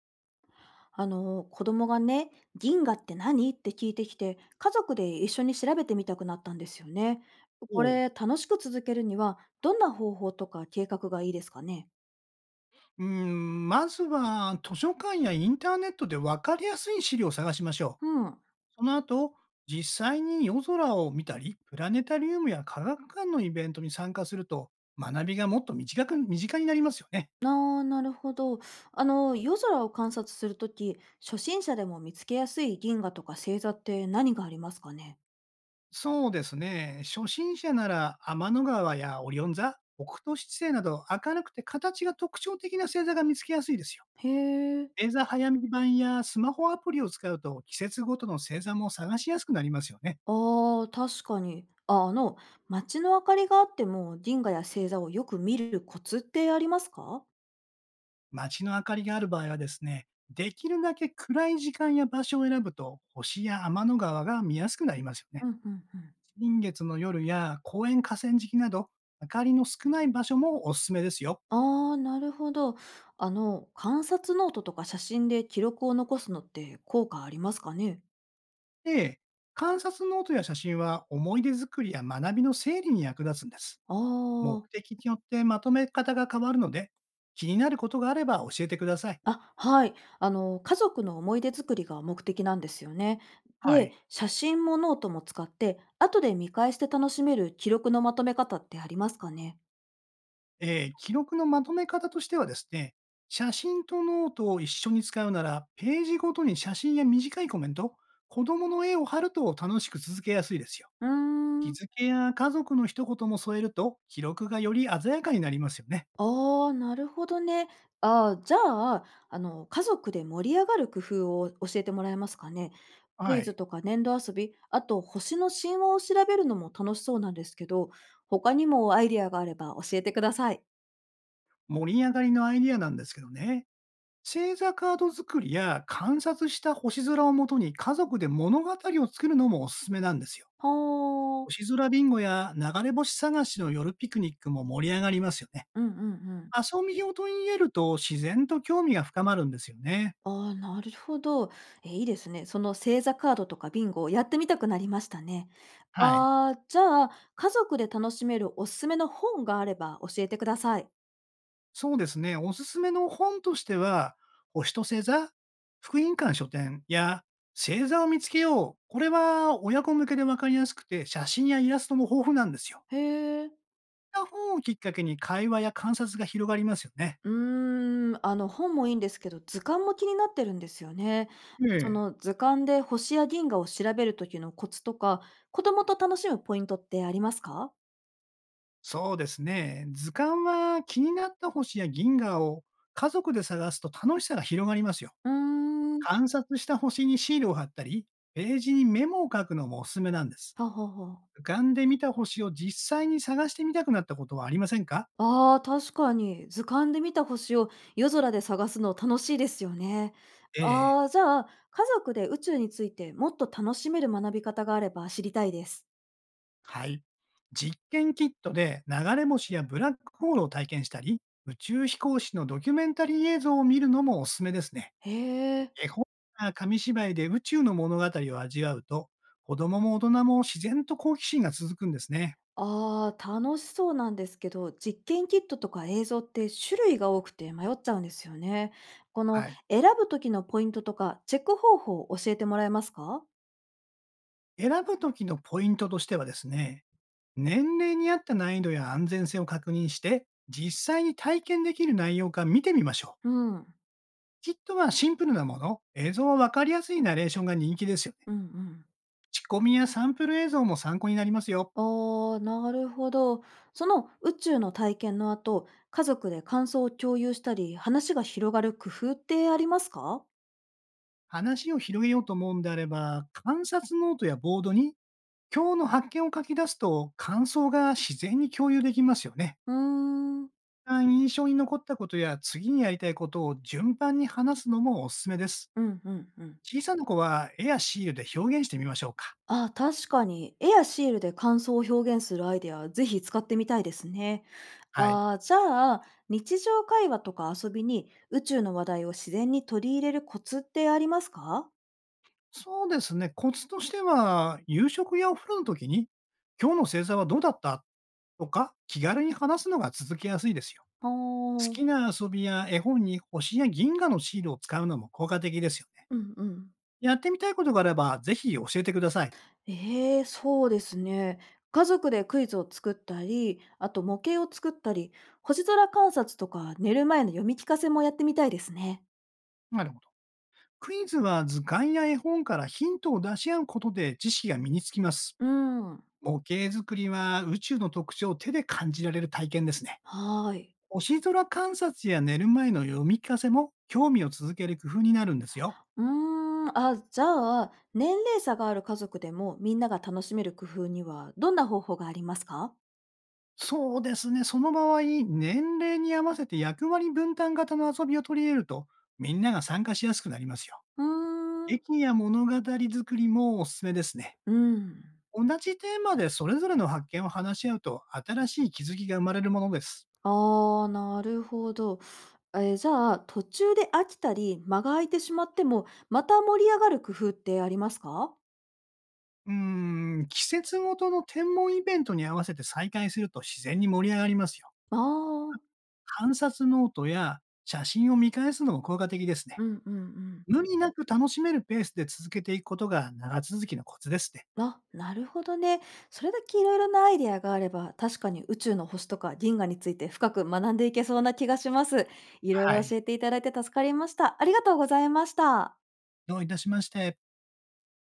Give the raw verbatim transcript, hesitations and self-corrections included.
あの、子供がね、銀河って何って聞いてきて、家族で一緒に調べてみたくなったんですよね。こおう。れ、楽しく続けるには、どんな方法とか計画がいいですかね？うーん、まずは図書館やインターネットで分かりやすい資料を探しましょうん。う。その後、実際に夜空を見たり、プラネタリウムや科学館のイベントに参加すると、学びがもっと短く、身近になりますよね。ああ、なるほど。あの、夜空を観察するとき、初心者でも見つけやすい銀河とか星座って何がありますかね？そうですね。初心者なら天の川やオリオン座、北斗七星など明るくて形が特徴的な星座が見つけやすいですよ。へえ。星座早見版やスマホアプリを使うと季節ごとの星座も探しやすくなりますよね。ああ、確かに。あ、あの、街の明かりがあっても銀河や星座をよく見るコツってありますか？街の明かりがある場合はですね、できるだけ暗い時間や場所を選ぶと、星や天の川が見やすくなりますようね。んうんうん。新月の夜や公園河川敷など、明かりの少ない場所もおすすめですよ。ああ、なるほど。あの、観察ノートとか写真で記録を残すのって効果ありますかね？で、観察ノートや写真は思い出作りや学びの整理に役立つんです。あ目あ。的によってまとめ方が変わるので、気になることがあれば教えてください。あ、はい。あの、家族の思い出作りが目的なんですよね。はで、い。写真もノートも使って、後で見返して楽しめる記録のまとめ方ってありますかね？えー記録のまとめ方としてはですね、写真とノートを一緒に使うなら、ページごとに写真や短いコメント、子供の絵を貼ると楽しく続けやすいですよ。うー日ん。付や家族の一言も添えると、記録がより鮮やかになりますよね。ああ、なるほどね。ああ、じゃあ、あの、家族で盛り上がる工夫を教えてもらえますかね？クはイズい。とか粘土遊び、あと星の神話を調べるのも楽しそうなんですけど、他にもアイディアがあれば教えてください。盛り上がりのアイディアなんですけどね。星座カード作りや観察した星空をもとに家族で物語を作るのもおすすめなんですよ。はあ。星空ビンゴや流れ星探しの夜ピクニックも盛り上がりますよね。うんうんうん。遊びを取り入れると、自然と興味が深まるんですよね。ああ、なるほど。え、いいですね。その星座カードとかビンゴをやってみたくなりましたね。はい。ああ、じゃあ、家族で楽しめるおすすめの本があれば教えてください。そうですね、おすすめの本としては、星と星座、福音館書店や星座を見つけよう。これは親子向けでわかりやすくて、写真やイラストも豊富なんですよ。へえ。こういった本をきっかけに会話や観察が広がりますよね。うーん、あの、本もいいんですけど、図鑑も気になってるんですよね。えそえ。の図鑑で星や銀河を調べる時のコツとか、子供と楽しむポイントってありますか？そうですね。図鑑は気になった星や銀河を家族で探すと楽しさが広がりますよ。うーん。観察した星にシールを貼ったり、ページにメモを書くのもおすすめなんです。ははは。浮かんでみた星を実際に探してみたくなったことはありませんか？ああ、確かに。図鑑で見た星を夜空で探すの楽しいですよね。ええ、ああ、じゃあ、家族で宇宙についてもっと楽しめる学び方があれば知りたいです。はい。実験キットで流れ星やブラックホールを体験したり、宇宙飛行士のドキュメンタリー映像を見るのもおすすめですね。へえ。絵本や紙芝居で宇宙の物語を味わうと、子供も大人も自然と好奇心が続くんですね。ああ、楽しそうなんですけど、実験キットとか映像って種類が多くて迷っちゃうんですよね。このはい。選ぶ時のポイントとかチェック方法を教えてもらえますか？選ぶ時のポイントとしてはですね、年齢に合った難易度や安全性を確認して、実際に体験できる内容か見てみましょう。うん。きっとはシンプルなもの、映像はわかりやすいナレーションが人気ですよね。うんうん。仕込みやサンプル映像も参考になりますよ。ああ、なるほど。その宇宙の体験の後、家族で感想を共有したり、話が広がる工夫ってありますか？話を広げようと思うんであれば、観察ノートやボードに今日の発見を書き出すと感想が自然に共有できますよね。うーん。一番印象に残ったことや次にやりたいことを順番に話すのもおすすめです。うんうんうん。小さな子は絵やシールで表現してみましょうか。ああ、確かに。絵やシールで感想を表現するアイデア、ぜひ使ってみたいですね。はい。ああ、じゃあ、日常会話とか遊びに宇宙の話題を自然に取り入れるコツってありますか？そうですね、コツとしては、夕食やお風呂の時に、今日の星座はどうだったとか、気軽に話すのが続けやすいですよ。あ好あ、きな遊びや絵本に星や銀河のシールを使うのも効果的ですよね。うんうん。やってみたいことがあれば、ぜひ教えてください。ええ、そうですね。家族でクイズを作ったり、あと模型を作ったり、星空観察とか寝る前の読み聞かせもやってみたいですね。なるほど。クイズは図鑑や絵本からヒントを出し合うことで知識が身につきます。うん。模型作りは宇宙の特徴を手で感じられる体験ですね。はーい。星空観察や寝る前の読み聞かせも興味を続ける工夫になるんですよ。うーん、あ、じゃあ、年齢差がある家族でもみんなが楽しめる工夫にはどんな方法がありますか？そうですね。その場合、年齢に合わせて役割分担型の遊びを取り入れると、みんなが参加しやすくなりますよ。うーん。劇や物語作りもおすすめですね。うん。同じテーマでそれぞれの発見を話し合うと、新しい気づきが生まれるものです。ああ、なるほど。えー、じゃあ、途中で飽きたり、間が空いてしまっても、また盛り上がる工夫ってありますか？うーん、季節ごとの天文イベントに合わせて再開すると自然に盛り上がりますよ。ああー、観察ノートや写真を見返すのも効果的ですね。うんうんうん。無理なく楽しめるペースで続けていくことが長続きのコツですね。あ、なるほどね。それだけいろいろなアイデアがあれば、確かに宇宙の星とか銀河について深く学んでいけそうな気がします。いろいはろ教い。えていただいて助かりました。ありがとうございました。どういたしまして。